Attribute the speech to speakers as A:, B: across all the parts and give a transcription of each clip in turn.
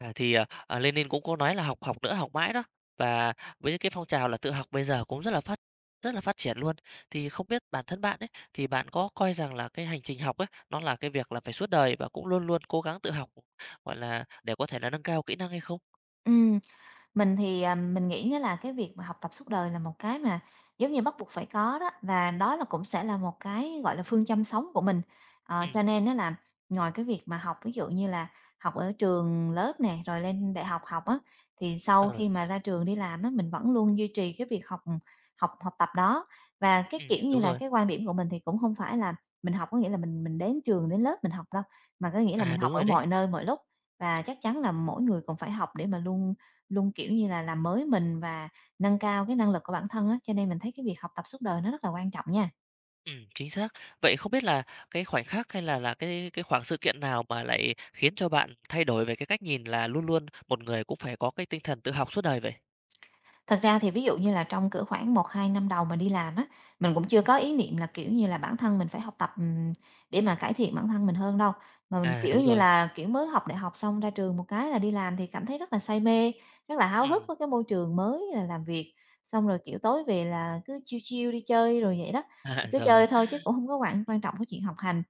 A: Lenin cũng có nói là "Học, học nữa, học mãi" đó. Và với cái phong trào là tự học bây giờ cũng rất là phát triển luôn. Thì không biết bản thân bạn ấy, thì bạn có coi rằng là cái hành trình học ấy, nó là cái việc là phải suốt đời và cũng luôn luôn cố gắng tự học, gọi là, để có thể là nâng cao kỹ năng hay không?
B: Ừm, mình thì, mình nghĩa là cái việc mà học tập suốt đời là một cái mà giống như bắt buộc phải có đó, và đó là cũng sẽ là một cái, gọi là, phương châm sống của mình.
A: Ừm,
B: Cho nên nó là ngoài cái việc mà học, ví dụ như là học ở trường lớp nè, rồi lên đại học học á, thì sau
A: ờ,
B: khi mà ra trường đi làm á, mình vẫn luôn duy trì cái việc học học học tập đó. Và cái,
A: ừm,
B: kiểu
A: đúng
B: như là,
A: rồi.
B: cái quan điểm của mình thì cũng không phải là mình học có nghĩa là mình đến trường, đến lớp mình học đâu, mà có nghĩa là
A: À,
B: mình
A: đúng
B: học ở
A: rồi đấy.
B: mọi nơi mọi lúc, và chắc chắn là mỗi người cũng phải học để mà luôn luôn, kiểu như là, làm mới mình và nâng cao cái năng lực của bản thân á, cho nên mình thấy cái việc học tập suốt đời nó rất là quan trọng nha.
A: Chính xác. Vậy không biết là cái khoảnh khắc hay là cái khoảng sự kiện nào mà lại khiến cho bạn thay đổi về cái cách nhìn là luôn luôn một người cũng phải có cái tinh thần tự học suốt đời vậy?
B: Thật ra thì ví dụ như là trong cỡ khoảng 1 2 năm đầu mà đi làm á, mình cũng chưa có ý niệm là, kiểu như là, bản thân mình phải học tập, để mà cải thiện bản thân mình hơn đâu, mà mình,
A: À, đúng
B: kiểu như
A: rồi.
B: là, kiểu, mới học đại học xong ra trường một cái là đi làm thì cảm thấy rất là say mê, rất là háo hức
A: Ừm,
B: với cái môi trường mới là làm việc, xong rồi, kiểu, tối về là cứ chill chill đi chơi rồi vậy đó.
A: à,
B: Thì cứ chơi
A: rồi,
B: thôi chứ cũng không có quan trọng cái chuyện học hành.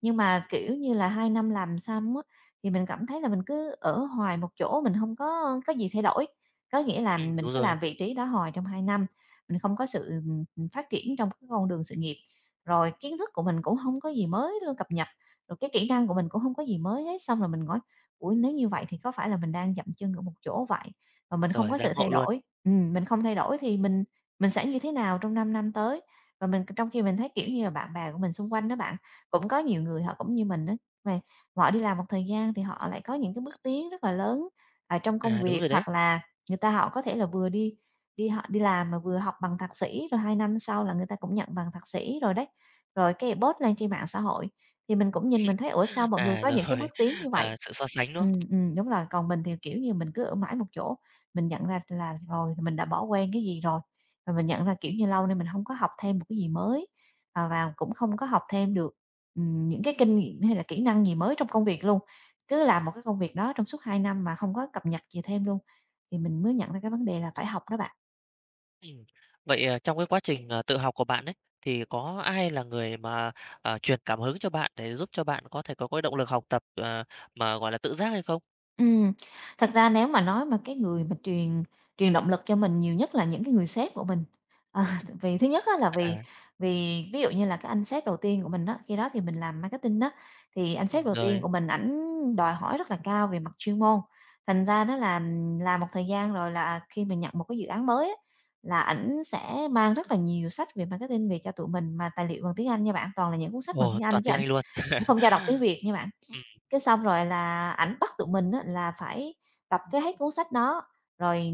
B: Nhưng mà, kiểu như là, 2 năm làm xong á, thì mình cảm thấy là mình cứ ở hoài một chỗ, mình không có gì thay đổi. Có nghĩa là mình
A: đúng
B: cứ
A: rồi,
B: làm vị trí đó hoài trong 2 năm, mình không có sự, phát triển trong cái con đường sự nghiệp. Rồi kiến thức của mình cũng không có gì mới luôn cập nhật, rồi cái kỹ năng của mình cũng không có gì mới hết. Xong rồi mình nói "Ủa, nếu như vậy thì có phải là mình đang dậm chân ở một chỗ vậy, mà mình không
A: rồi
B: có
A: giáng
B: sự thay
A: hộ luôn,
B: đổi?" Mình không thay đổi thì mình sẽ như thế nào trong 5 năm tới? Và mình trong khi mình thấy, kiểu như là, bạn bè của mình xung quanh đó bạn, cũng có nhiều người họ cũng như mình đó về họ đi làm một thời gian thì họ lại có những cái bước tiến rất là lớn, ở trong công
A: à, đúng
B: việc,
A: rồi đấy.
B: hoặc là người ta họ có thể là vừa đi đi họ đi làm mà vừa học bằng thạc sĩ, rồi 2 năm sau là người ta cũng nhận bằng thạc sĩ rồi đấy. Rồi cái post lên trên mạng xã hội, thì mình cũng nhìn mình thấy, ủa, sao mọi người
A: À,
B: có những cái
A: rồi,
B: bước tiến như vậy?
A: à, sự so sánh, đúng không?
B: Đúng là còn mình thì, kiểu như, mình cứ ở mãi một chỗ. Mình nhận ra là rồi mình đã bỏ quên cái gì rồi, và mình nhận ra, kiểu như, lâu nay mình không có học thêm một cái gì mới, và cũng không có học thêm được, những cái kinh nghiệm hay là kỹ năng gì mới trong công việc luôn. Cứ làm một cái công việc đó trong suốt 2 năm mà không có cập nhật gì thêm luôn, thì mình mới nhận ra cái vấn đề là phải học đó bạn.
A: Ừm, vậy, trong cái quá trình, tự học của bạn ấy, thì có ai là người mà, truyền cảm hứng cho bạn để giúp cho bạn có thể có cái động lực học tập, mà, gọi là, tự giác hay không?
B: Ừm, thật ra nếu mà nói mà cái người mà truyền truyền động lực cho mình nhiều nhất là những cái người sếp của mình. Ờ, vì thứ nhất á là
A: À,
B: vì vì ví dụ như là cái anh sếp đầu tiên của mình đó khi đó thì mình làm marketing đó thì anh sếp đầu tiên
A: rồi,
B: của mình ảnh đòi hỏi rất là cao về mặt chuyên môn. Thành ra đó là làm một thời gian rồi là khi mình nhận một cái dự án mới á, là ảnh sẽ mang rất là nhiều sách về marketing về cho tụi mình mà tài liệu bằng tiếng Anh nha bạn, toàn là những cuốn sách bằng
A: ồ,
B: tiếng Anh
A: toàn
B: chứ
A: tiếng
B: ảnh
A: Anh luôn.
B: ảnh không cho đọc tiếng Việt nha bạn.
A: Ừm,
B: Cái xong rồi là ảnh bắt tụi mình á là phải đọc cái hết cuốn sách đó, rồi,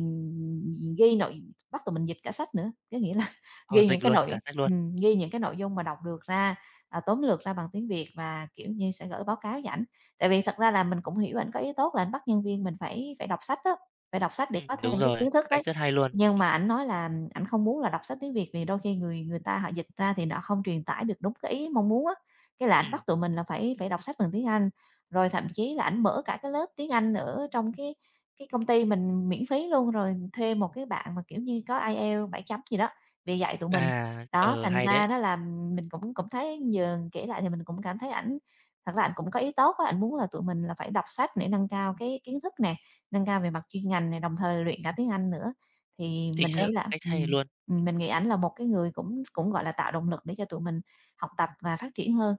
B: ghi nội bắt tụi mình dịch cả sách nữa, có nghĩa là
A: ồ,
B: ghi những
A: dịch
B: cái
A: luôn, cả
B: nội
A: sách luôn.
B: ghi những cái nội dung mà đọc được ra, tóm lược ra bằng tiếng Việt và, kiểu như, sẽ gửi báo cáo với ảnh. Tại vì thật ra là mình cũng hiểu ảnh có ý tốt là ảnh bắt nhân viên mình phải phải đọc sách đó phải đọc sách để có
A: Đúng
B: thêm cái
A: rồi,
B: kiến thức
A: cách
B: đấy.
A: rất hay luôn.
B: Nhưng mà ảnh nói là ảnh không muốn là đọc sách tiếng Việt vì đôi khi người người ta họ dịch ra thì nó không truyền tải được đúng cái ý mong muốn á, cái là ảnh
A: Ừm,
B: bắt tụi mình là phải phải đọc sách bằng tiếng Anh. Rồi thậm chí là ảnh mở cả cái lớp tiếng Anh ở trong cái công ty mình miễn phí luôn, rồi thuê một cái bạn mà, kiểu như, có IELTS 7 chấm gì đó về dạy tụi mình.
A: à,
B: Đó,
A: ờ,
B: thành
A: hay đấy,
B: ra đó là mình cũng cũng thấy giờ kể lại thì mình cũng cảm thấy ảnh thật ra ảnh cũng có ý tốt á, ảnh muốn là tụi mình là phải đọc sách để nâng cao cái kiến thức nè, nâng cao về mặt chuyên ngành này đồng thời luyện cả tiếng Anh nữa. Thì
A: chính
B: mình
A: xác,
B: nghĩ là
A: cách hay luôn.
B: mình nghĩ ảnh là một cái người cũng cũng, gọi là, tạo động lực để cho tụi mình học tập và phát triển hơn.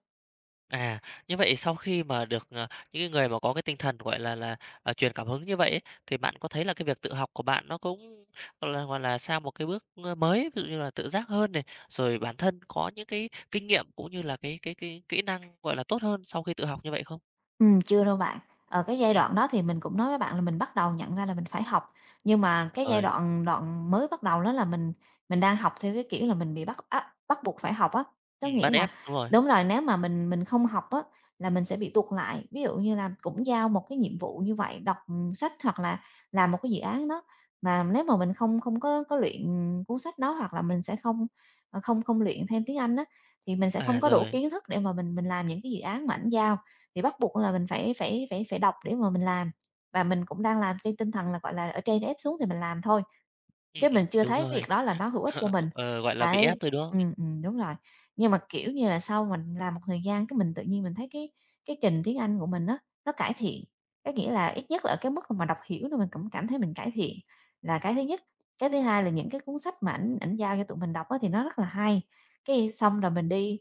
A: À, như vậy sau khi mà được, những cái người mà có cái tinh thần, gọi là, truyền cảm hứng như vậy ấy, thì bạn có thấy là cái việc tự học của bạn nó cũng, gọi là, sang một cái bước, mới, ví dụ như là tự giác hơn này, rồi bản thân có những cái kinh nghiệm cũng như là cái kỹ năng, gọi là, tốt hơn sau khi tự học như vậy không?
B: Chưa đâu bạn. Ở cái giai
A: Ừm,
B: đoạn đó thì mình cũng nói với bạn là mình bắt đầu nhận ra là mình phải học, nhưng mà cái giai
A: rồi,
B: đoạn đoạn mới bắt đầu đó là mình đang học theo cái kiểu là mình bị bắt buộc phải học á. Có
A: bắt
B: nghĩa là
A: ép, đúng rồi.
B: đúng rồi, nếu mà mình không học á là mình sẽ bị tụt lại. Ví dụ như là cũng giao một cái nhiệm vụ như vậy, đọc, sách hoặc là làm một cái dự án đó, mà nếu mà mình không không có có luyện cuốn sách đó, hoặc là mình sẽ không, không luyện thêm tiếng Anh á, thì mình sẽ
A: À,
B: không có đủ
A: rồi,
B: kiến thức để mà mình làm những cái dự án mà ảnh giao. Thì bắt buộc là mình phải phải phải phải đọc để mà mình làm, và mình cũng đang làm trên tinh thần là, gọi là, ở trên ép xuống thì mình làm thôi,
A: ừm,
B: chứ
A: ừm,
B: mình chưa
A: đúng
B: thấy
A: rồi.
B: việc đó là nó hữu ích cho mình.
A: Ờ, gọi là, bị
B: Đấy,
A: ép thôi, đúng không?
B: đúng rồi. Nhưng mà, kiểu như là, sau mình làm một thời gian cái mình tự nhiên mình thấy cái trình tiếng Anh của mình á, nó cải thiện, có nghĩa là ít nhất là ở cái mức mà đọc hiểu nên mình cũng cảm thấy mình cải thiện là cái thứ nhất. Cái thứ hai là những cái cuốn sách mà ảnh ảnh giao cho tụi mình đọc á thì nó rất là hay, cái xong rồi mình đi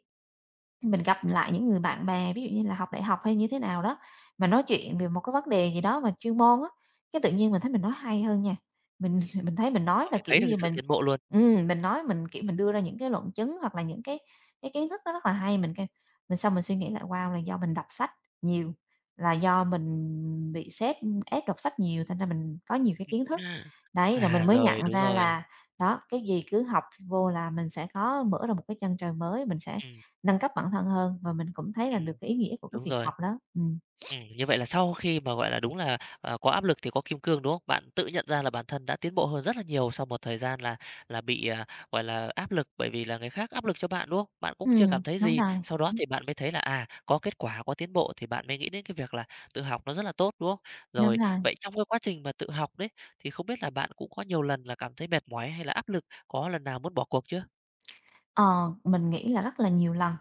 B: mình gặp lại những người bạn bè, ví dụ như là học đại học hay như thế nào đó, mà nói chuyện về một cái vấn đề gì đó mà chuyên môn á, cái tự nhiên mình thấy mình nói hay hơn nha. Mình thấy mình nói là,
A: Rồi,
B: kiểu
A: thấy được cái
B: như,
A: sự tiến bộ luôn.
B: mình nói mình, kiểu, mình đưa ra những cái luận chứng hoặc là những cái kiến thức nó rất là hay, mình xong mình suy nghĩ lại, wow, là do mình đọc sách nhiều, là do mình bị sếp ép đọc sách nhiều thành ra mình có nhiều cái kiến thức. Đấy, là
A: À,
B: mình mới
A: rồi,
B: nhận
A: đúng
B: ra
A: rồi.
B: là, đó, cái gì cứ học vô là mình sẽ có mở ra một cái chân trời mới, mình sẽ
A: Ừm,
B: nâng cấp bản thân hơn và mình cũng thấy là được
A: ừm,
B: cái ý nghĩa của cái
A: đúng
B: việc
A: rồi.
B: học đó.
A: Như vậy là sau khi mà, gọi là, đúng là, có áp lực thì có kim cương, đúng không? Bạn tự nhận ra là bản thân đã tiến bộ hơn rất là nhiều sau một thời gian là bị, gọi là, áp lực bởi vì là người khác áp lực cho bạn, đúng không? Bạn cũng chưa cảm thấy
B: Đúng
A: gì,
B: rồi.
A: sau đó thì bạn mới thấy là, à, có kết quả, có tiến bộ thì bạn mới nghĩ đến cái việc là tự học nó rất là tốt, đúng không?
B: Đúng
A: Rồi,
B: rồi.
A: vậy trong cái quá trình mà tự học đấy, thì không biết là bạn cũng có nhiều lần là cảm thấy mệt mỏi hay là áp lực, có lần nào muốn bỏ cuộc chưa?
B: Ờ, mình nghĩ là rất là nhiều lần.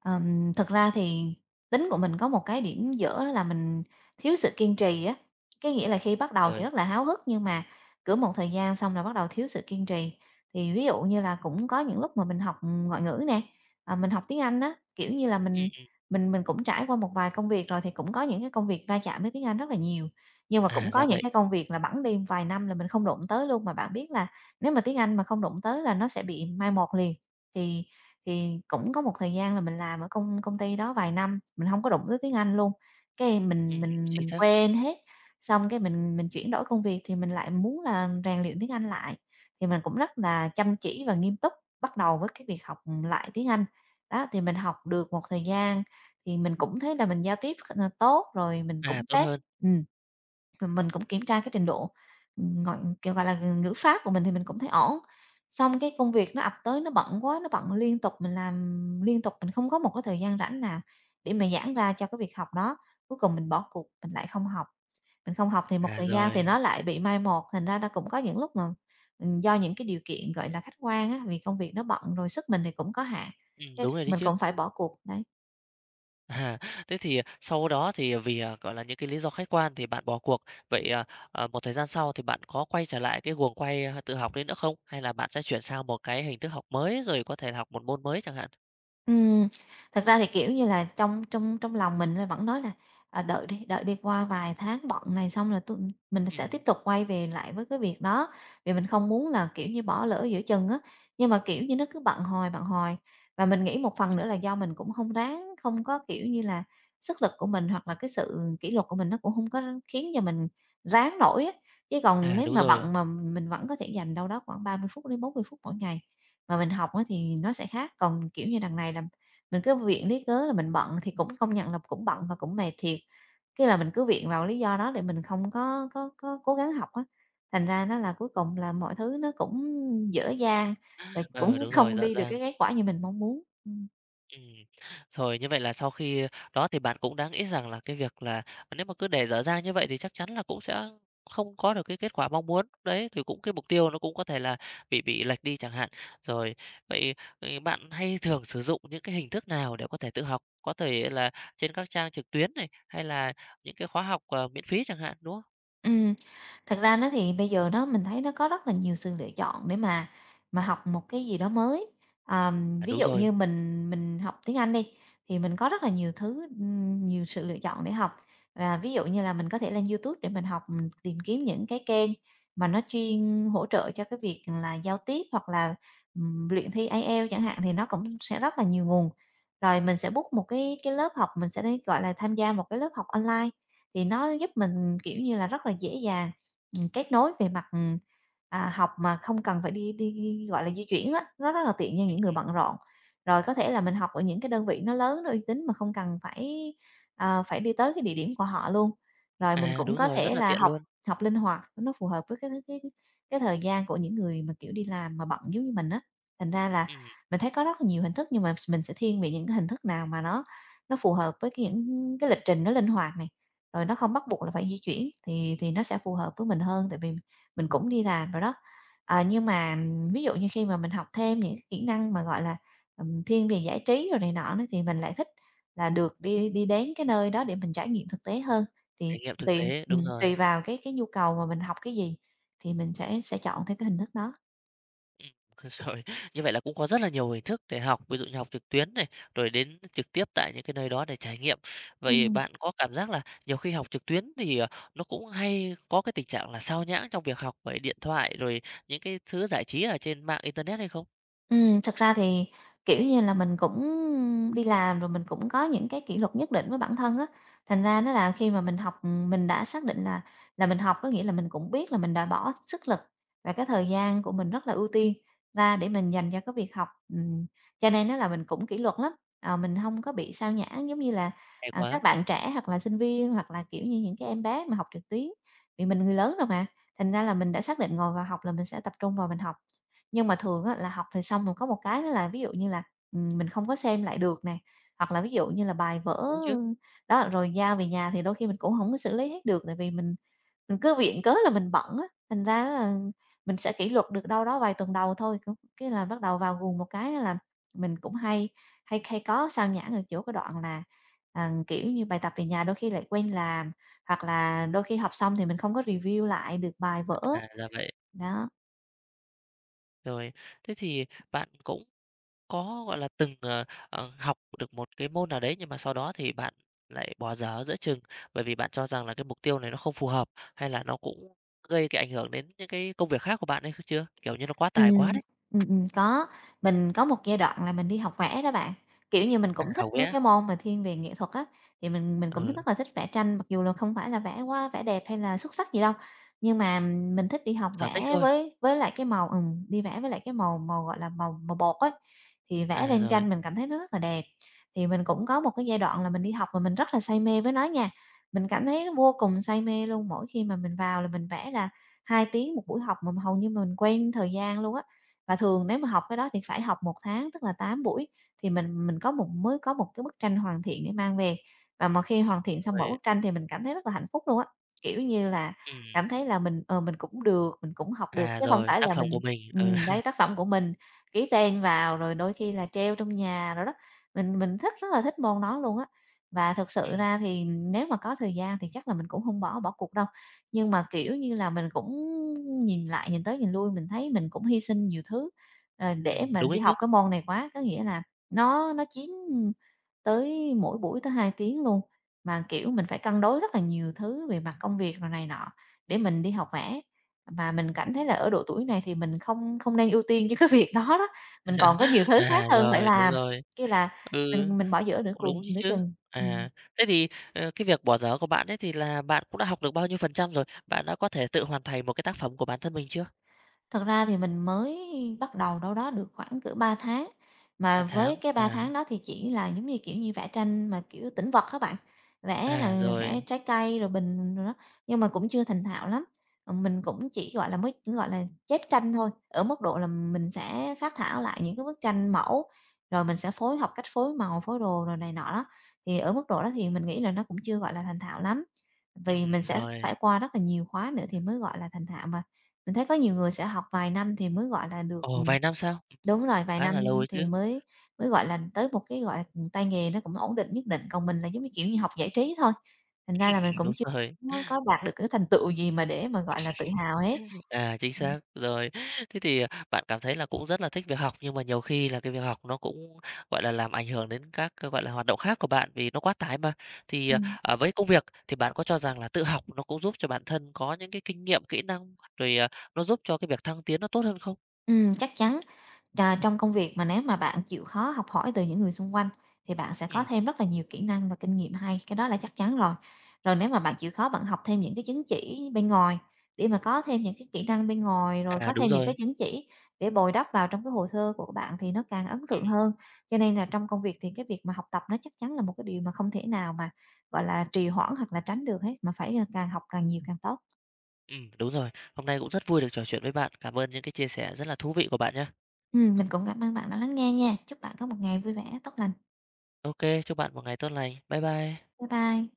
B: Thực ra thì tính của mình có một cái điểm dở đó là mình thiếu sự kiên trì á. Cái nghĩa là khi bắt đầu thì
A: Rồi,
B: rất là háo hức nhưng mà cỡ một thời gian xong là bắt đầu thiếu sự kiên trì. Thì ví dụ như là cũng có những lúc mà mình học ngoại ngữ nè, mình học tiếng Anh á, kiểu như là
A: ừm,
B: mình
A: ừm,
B: mình mình cũng trải qua một vài công việc rồi thì cũng có những cái công việc va chạm với tiếng Anh rất là nhiều. Nhưng mà
A: à,
B: cũng có
A: ra
B: những
A: vậy,
B: cái công việc là bẵng đi vài năm là mình không đụng tới luôn mà bạn biết là nếu mà tiếng Anh mà không đụng tới là nó sẽ bị mai một liền. Thì thì cũng có một thời gian là mình làm ở công công ty đó vài năm, mình không có đụng tới tiếng Anh luôn, cái mình mình
A: chính
B: mình
A: xác,
B: quên hết, xong cái mình chuyển đổi công việc thì mình lại muốn là rèn luyện tiếng Anh lại, thì mình cũng rất là chăm chỉ và nghiêm túc bắt đầu với cái việc học lại tiếng Anh. Đó, thì mình học được một thời gian thì mình cũng thấy là mình giao tiếp kh tốt rồi mình
A: à,
B: cũng
A: tốt
B: test
A: hơn,
B: ừm. Rồi mình cũng kiểm tra cái trình độ, gọi, kiểu, gọi là, ngữ pháp của mình thì mình cũng thấy ổn. Xong cái công việc nó ập tới nó bận quá, nó bận liên tục, mình làm liên tục, mình không có một cái thời gian rảnh nào để mà giãn ra cho cái việc học đó. Cuối cùng mình bỏ cuộc, mình lại không học, mình không học thì một
A: à,
B: thời gian
A: rồi,
B: thì nó lại bị mai một, thành ra là cũng có những lúc mà, do những cái điều kiện, gọi là, khách quan á, vì công việc nó bận rồi sức mình thì cũng có hạn, cái
A: đúng rồi đấy
B: mình
A: chứ.
B: cũng phải bỏ cuộc, đấy.
A: À, thế thì sau đó thì vì, gọi là, những cái lý do khách quan thì bạn bỏ cuộc. Vậy, à, một thời gian sau thì bạn có quay trở lại cái guồng quay, tự học đấy nữa không? Hay là bạn sẽ chuyển sang một cái hình thức học mới, rồi có thể là học một môn mới chẳng hạn?
B: Ừm, thật ra thì, kiểu như là, trong trong trong lòng mình là vẫn nói là, à, đợi đi qua vài tháng bận này xong là mình sẽ
A: Ừm,
B: tiếp tục quay về lại với cái việc đó." Vì mình không muốn là, kiểu như, bỏ lỡ giữa chừng á, nhưng mà, kiểu như, nó cứ bận hoài, bận hoài. Và mình nghĩ một phần nữa là do mình cũng không ráng, không có, kiểu như là, sức lực của mình hoặc là cái sự kỷ luật của mình nó cũng không có khiến cho mình ráng nổi á, chứ còn
A: à,
B: nếu
A: đúng
B: mà
A: rồi,
B: bận mà mình vẫn có thể dành đâu đó khoảng 30 phút đến 40 phút mỗi ngày mà mình học á thì nó sẽ khác. Còn, kiểu như, đằng này là mình cứ viện lý cớ là mình bận thì cũng công nhận là cũng bận và cũng mệt thiệt, cái là mình cứ viện vào lý do đó để mình không có cố gắng học á, thành ra nó là cuối cùng là mọi thứ nó cũng dở dang và cũng
A: ờ, đúng rồi,
B: không
A: dạ
B: đi được
A: dang.
B: cái kết quả như mình mong muốn. Ừm.
A: Ừm. Rồi như vậy là sau khi đó thì bạn cũng đã nghĩ rằng là cái việc là nếu mà cứ để dở dang như vậy thì chắc chắn là cũng sẽ không có được cái kết quả mong muốn. Đấy, thì cũng cái mục tiêu nó cũng có thể là bị lệch đi chẳng hạn. Rồi, vậy, ừ, bạn hay thường sử dụng những cái hình thức nào để có thể tự học? Có thể là trên các trang trực tuyến này, hay là những cái khóa học, miễn phí chẳng hạn, đúng không?
B: Ừm, thật ra nó thì bây giờ nó mình thấy nó có rất là nhiều sự lựa chọn để mà học một cái gì đó mới.
A: À,
B: Ví
A: đúng
B: dụ
A: rồi.
B: như mình học tiếng Anh đi, thì mình có rất là nhiều thứ, nhiều sự lựa chọn để học. Và ví dụ như là mình có thể lên YouTube để mình học, mình tìm kiếm những cái kênh mà nó chuyên hỗ trợ cho cái việc là giao tiếp hoặc là, luyện thi IELTS chẳng hạn, thì nó cũng sẽ rất là nhiều nguồn. Rồi mình sẽ book một cái lớp học, mình sẽ đi, gọi là, tham gia một cái lớp học online. Thì nó giúp mình, kiểu như là, rất là dễ dàng, kết nối về mặt, à, học mà không cần phải đi đi, gọi là, di chuyển á, nó rất là tiện cho
A: Ừm,
B: những người
A: ừm.
B: bận rộn. Rồi có thể là mình học ở những cái đơn vị nó lớn, nó uy tín mà không cần phải, phải đi tới cái địa điểm của họ luôn. Rồi mình
A: À,
B: cũng
A: đúng
B: có
A: rồi, rất
B: thể
A: là
B: là
A: tiện
B: học
A: luôn.
B: học linh hoạt, nó phù hợp với cái thời gian của những người mà, kiểu, đi làm mà bận giống như mình á. Thành ra là
A: Ừm,
B: mình thấy có rất là nhiều hình thức nhưng mà mình sẽ thiên về những cái hình thức nào mà nó phù hợp với cái những cái lịch trình nó linh hoạt này, rồi nó không bắt buộc là phải di chuyển thì nó sẽ phù hợp với mình hơn, tại vì mình cũng đi làm rồi đó. À, nhưng mà ví dụ như khi mà mình học thêm những cái kỹ năng mà, gọi là, thiên về giải trí rồi này nọ nữa thì mình lại thích là được đi đi đến cái nơi đó để mình trải nghiệm thực tế hơn, thì
A: trải nghiệm thực
B: tùy
A: tế, đúng rồi.
B: tùy vào cái nhu cầu mà mình học cái gì thì mình sẽ chọn theo cái hình thức đó.
A: Ừm, rồi, như vậy là cũng có rất là nhiều hình thức để học, ví dụ như học trực tuyến này, rồi đến trực tiếp tại những cái nơi đó để trải nghiệm. Vậy
B: Ừm.
A: bạn có cảm giác là nhiều khi học trực tuyến thì, nó cũng hay có cái tình trạng là sao nhãng trong việc học bởi điện thoại, rồi những cái thứ giải trí ở trên mạng internet hay không?
B: Thật ra thì, kiểu như là, mình cũng đi làm rồi mình cũng có những cái kỷ luật nhất định với bản thân á, thành ra nó là khi mà mình học, mình đã xác định là mình học có nghĩa là mình cũng biết là mình đã bỏ sức lực và cái thời gian của mình rất là ưu tiên ra để mình dành cho cái việc học, cho nên nó là mình cũng kỷ luật lắm, mình không có bị sao nhãng giống như là,
A: Hay
B: à,
A: quá!
B: các bạn trẻ hoặc là sinh viên hoặc là, kiểu như, những cái em bé mà học trực tuyến, vì mình người lớn rồi mà, thành ra là mình đã xác định ngồi vào học là mình sẽ tập trung vào mình học. Nhưng mà thường á là học thì xong rồi có một cái đó là ví dụ như là, mình không có xem lại được nè, hoặc là ví dụ như là bài vở
A: Đúng chứ?
B: đó, rồi giao về nhà thì đôi khi mình cũng không có xử lý hết được, tại vì mình cứ viện cớ là mình bận á, thành ra là mình sẽ kỷ luật được đâu đó vài tuần đầu thôi, c cái là bắt đầu vào guồng một cái đó là mình cũng hay hay hay có sao nhãng ở chỗ cái đoạn là, à, kiểu như, bài tập về nhà đôi khi lại quên làm, hoặc là đôi khi học xong thì mình không có review lại được bài vở,
A: À, ra vậy.
B: đó.
A: Rồi, thế thì bạn cũng có, gọi là, từng, học được một cái môn nào đấy, nhưng mà sau đó thì bạn lại bỏ dở giữa chừng, bởi vì bạn cho rằng là cái mục tiêu này nó không phù hợp, hay là nó cũng gây cái ảnh hưởng đến những cái công việc khác của bạn hay chưa? Kiểu như, nó quá
B: Ừm,
A: tải quá đấy.
B: có. Mình có một giai đoạn là mình đi học vẽ đó bạn, kiểu như, mình
A: À,
B: cũng thích
A: hổng
B: mấy
A: ghé
B: cái môn mà thiên về nghệ thuật á, thì mình cũng thích
A: ừ,
B: rất là thích vẽ tranh, mặc dù là không phải là vẽ đẹp hay là xuất sắc gì đâu, nhưng mà mình thích đi học
A: sở thích
B: vẽ
A: thôi.
B: với lại cái màu đi vẽ với lại cái màu màu, gọi là, màu màu bột ấy, thì vẽ
A: À,
B: lên
A: rồi.
B: tranh mình cảm thấy nó rất là đẹp. Thì mình cũng có một cái giai đoạn là mình đi học mà mình rất là say mê với nó nha, mình cảm thấy vô cùng say mê luôn, mỗi khi mà mình vào là mình vẽ là 2 tiếng một buổi học mà hầu như mình quen thời gian luôn á. Và thường nếu mà học cái đó thì phải học 1 tháng, tức là 8 buổi thì mình có một mới có một cái bức tranh hoàn thiện để mang về. Và mà khi hoàn thiện xong mỗi
A: rồi
B: bức tranh thì mình cảm thấy rất là hạnh phúc luôn á, kiểu như là,
A: ừm,
B: cảm thấy là mình, mình cũng được, mình cũng học được
A: à,
B: chứ không
A: rồi,
B: phải
A: tác
B: là
A: phẩm của mình, ừ,
B: đấy, tác phẩm của mình, ký tên vào rồi đôi khi là treo trong nhà rồi đó. Mình thích, rất là thích môn đó luôn á. Và thực sự
A: ừm,
B: ra thì nếu mà có thời gian thì chắc là mình cũng không bỏ bỏ cuộc đâu. Nhưng mà, kiểu như là, mình cũng nhìn lại, nhìn tới nhìn lui mình thấy mình cũng hy sinh nhiều thứ, để
A: ừm,
B: mà
A: đúng ấy
B: đi
A: chứ.
B: học cái môn này quá. Có nghĩa là nó chiếm tới mỗi buổi tới 2 tiếng luôn, mà, kiểu, mình phải cân đối rất là nhiều thứ về mặt công việc rồi này nọ để mình đi học vẽ. Mà mình cảm thấy là ở độ tuổi này thì mình không không nên ưu tiên cho cái việc đó đó, mình còn có nhiều thứ khác
A: À,
B: hơn phải
A: rồi, đúng
B: làm,
A: rồi,
B: kia là
A: ừ.
B: mình bỏ giữa nửa
A: Cũng đúng
B: cuồng
A: ấy
B: nửa
A: chứ.
B: chừng. Ừm.
A: À, thế thì, cái việc bỏ dở của bạn ấy thì là bạn cũng đã học được bao nhiêu phần trăm rồi? Bạn đã có thể tự hoàn thành một cái tác phẩm của bản thân mình chưa?
B: Thật ra thì mình mới bắt đầu đâu đó được khoảng cỡ 3 tháng,
A: ba
B: mà với
A: tháng,
B: cái 3 tháng đó thì chỉ là giống như, kiểu như, vẽ tranh mà, kiểu, tĩnh vật các bạn, vẽ là vẽ
A: rồi,
B: trái cây rồi bình rồi đó, nhưng mà cũng chưa thành thạo lắm. Ờ, mình cũng chỉ, gọi là, mới gọi là, chép tranh thôi, ở mức độ là mình sẽ phác thảo lại những cái bức tranh mẫu, rồi mình sẽ học cách phối màu, phối đồ rồi này nọ đó. Thì ở mức độ đó thì mình nghĩ là nó cũng chưa, gọi là, thành thạo lắm, vì mình sẽ
A: rồi.
B: phải qua rất là nhiều khóa nữa thì mới, gọi là, thành thạo mà. Mình thấy có nhiều người sẽ học vài năm thì mới, gọi là, được
A: Ồ, vài năm sao?
B: đúng rồi, vài
A: Khá
B: năm
A: là lâu ấy
B: thì
A: chứ.
B: mới mới, gọi là, tới một cái, gọi là, tay nghề nó cũng ổn định nhất định, còn mình là giống như, kiểu như, học giải trí thôi, thành ra là mình
A: Đúng
B: cũng chưa
A: rồi.
B: có đạt được cái thành tựu gì mà để mà, gọi là, tự hào hết.
A: À, chính
B: Ừm,
A: xác. Rồi, thế thì, bạn cảm thấy là cũng rất là thích việc học, nhưng mà nhiều khi là cái việc học nó cũng, gọi là, làm ảnh hưởng đến các cái, gọi là, hoạt động khác của bạn vì nó quá tải mà. Thì,
B: ừm,
A: với công việc thì bạn có cho rằng là tự học nó cũng giúp cho bản thân có những cái kinh nghiệm, kỹ năng, rồi, nó giúp cho cái việc thăng tiến nó tốt hơn không?
B: chắc chắn. À, trong công việc mà nếu mà bạn chịu khó học hỏi từ những người xung quanh thì bạn sẽ có
A: Ừm,
B: thêm rất là nhiều kỹ năng và kinh nghiệm hay, cái đó là chắc chắn rồi. Rồi nếu mà bạn chịu khó bạn học thêm những cái chứng chỉ bên ngoài để mà có thêm những cái kỹ năng bên ngoài, rồi
A: à,
B: có
A: đúng
B: thêm những
A: rồi.
B: cái chứng chỉ để bồi đắp vào trong cái hồ sơ của bạn thì nó càng ấn tượng
A: Ừm,
B: hơn. Cho nên là trong công việc thì cái việc mà học tập nó chắc chắn là một cái điều mà không thể nào mà, gọi là, trì hoãn hoặc là tránh được hết, mà phải, càng học càng nhiều càng tốt.
A: ừm, đúng rồi. Hôm nay cũng rất vui được trò chuyện với bạn. Cảm ơn những cái chia sẻ rất là thú vị của bạn nhé.
B: Mình cũng cảm ơn bạn đã lắng nghe nha. Chúc bạn có một ngày vui vẻ, tốt lành.
A: OK, chúc bạn một ngày tốt lành. Bye bye.
B: Bye bye.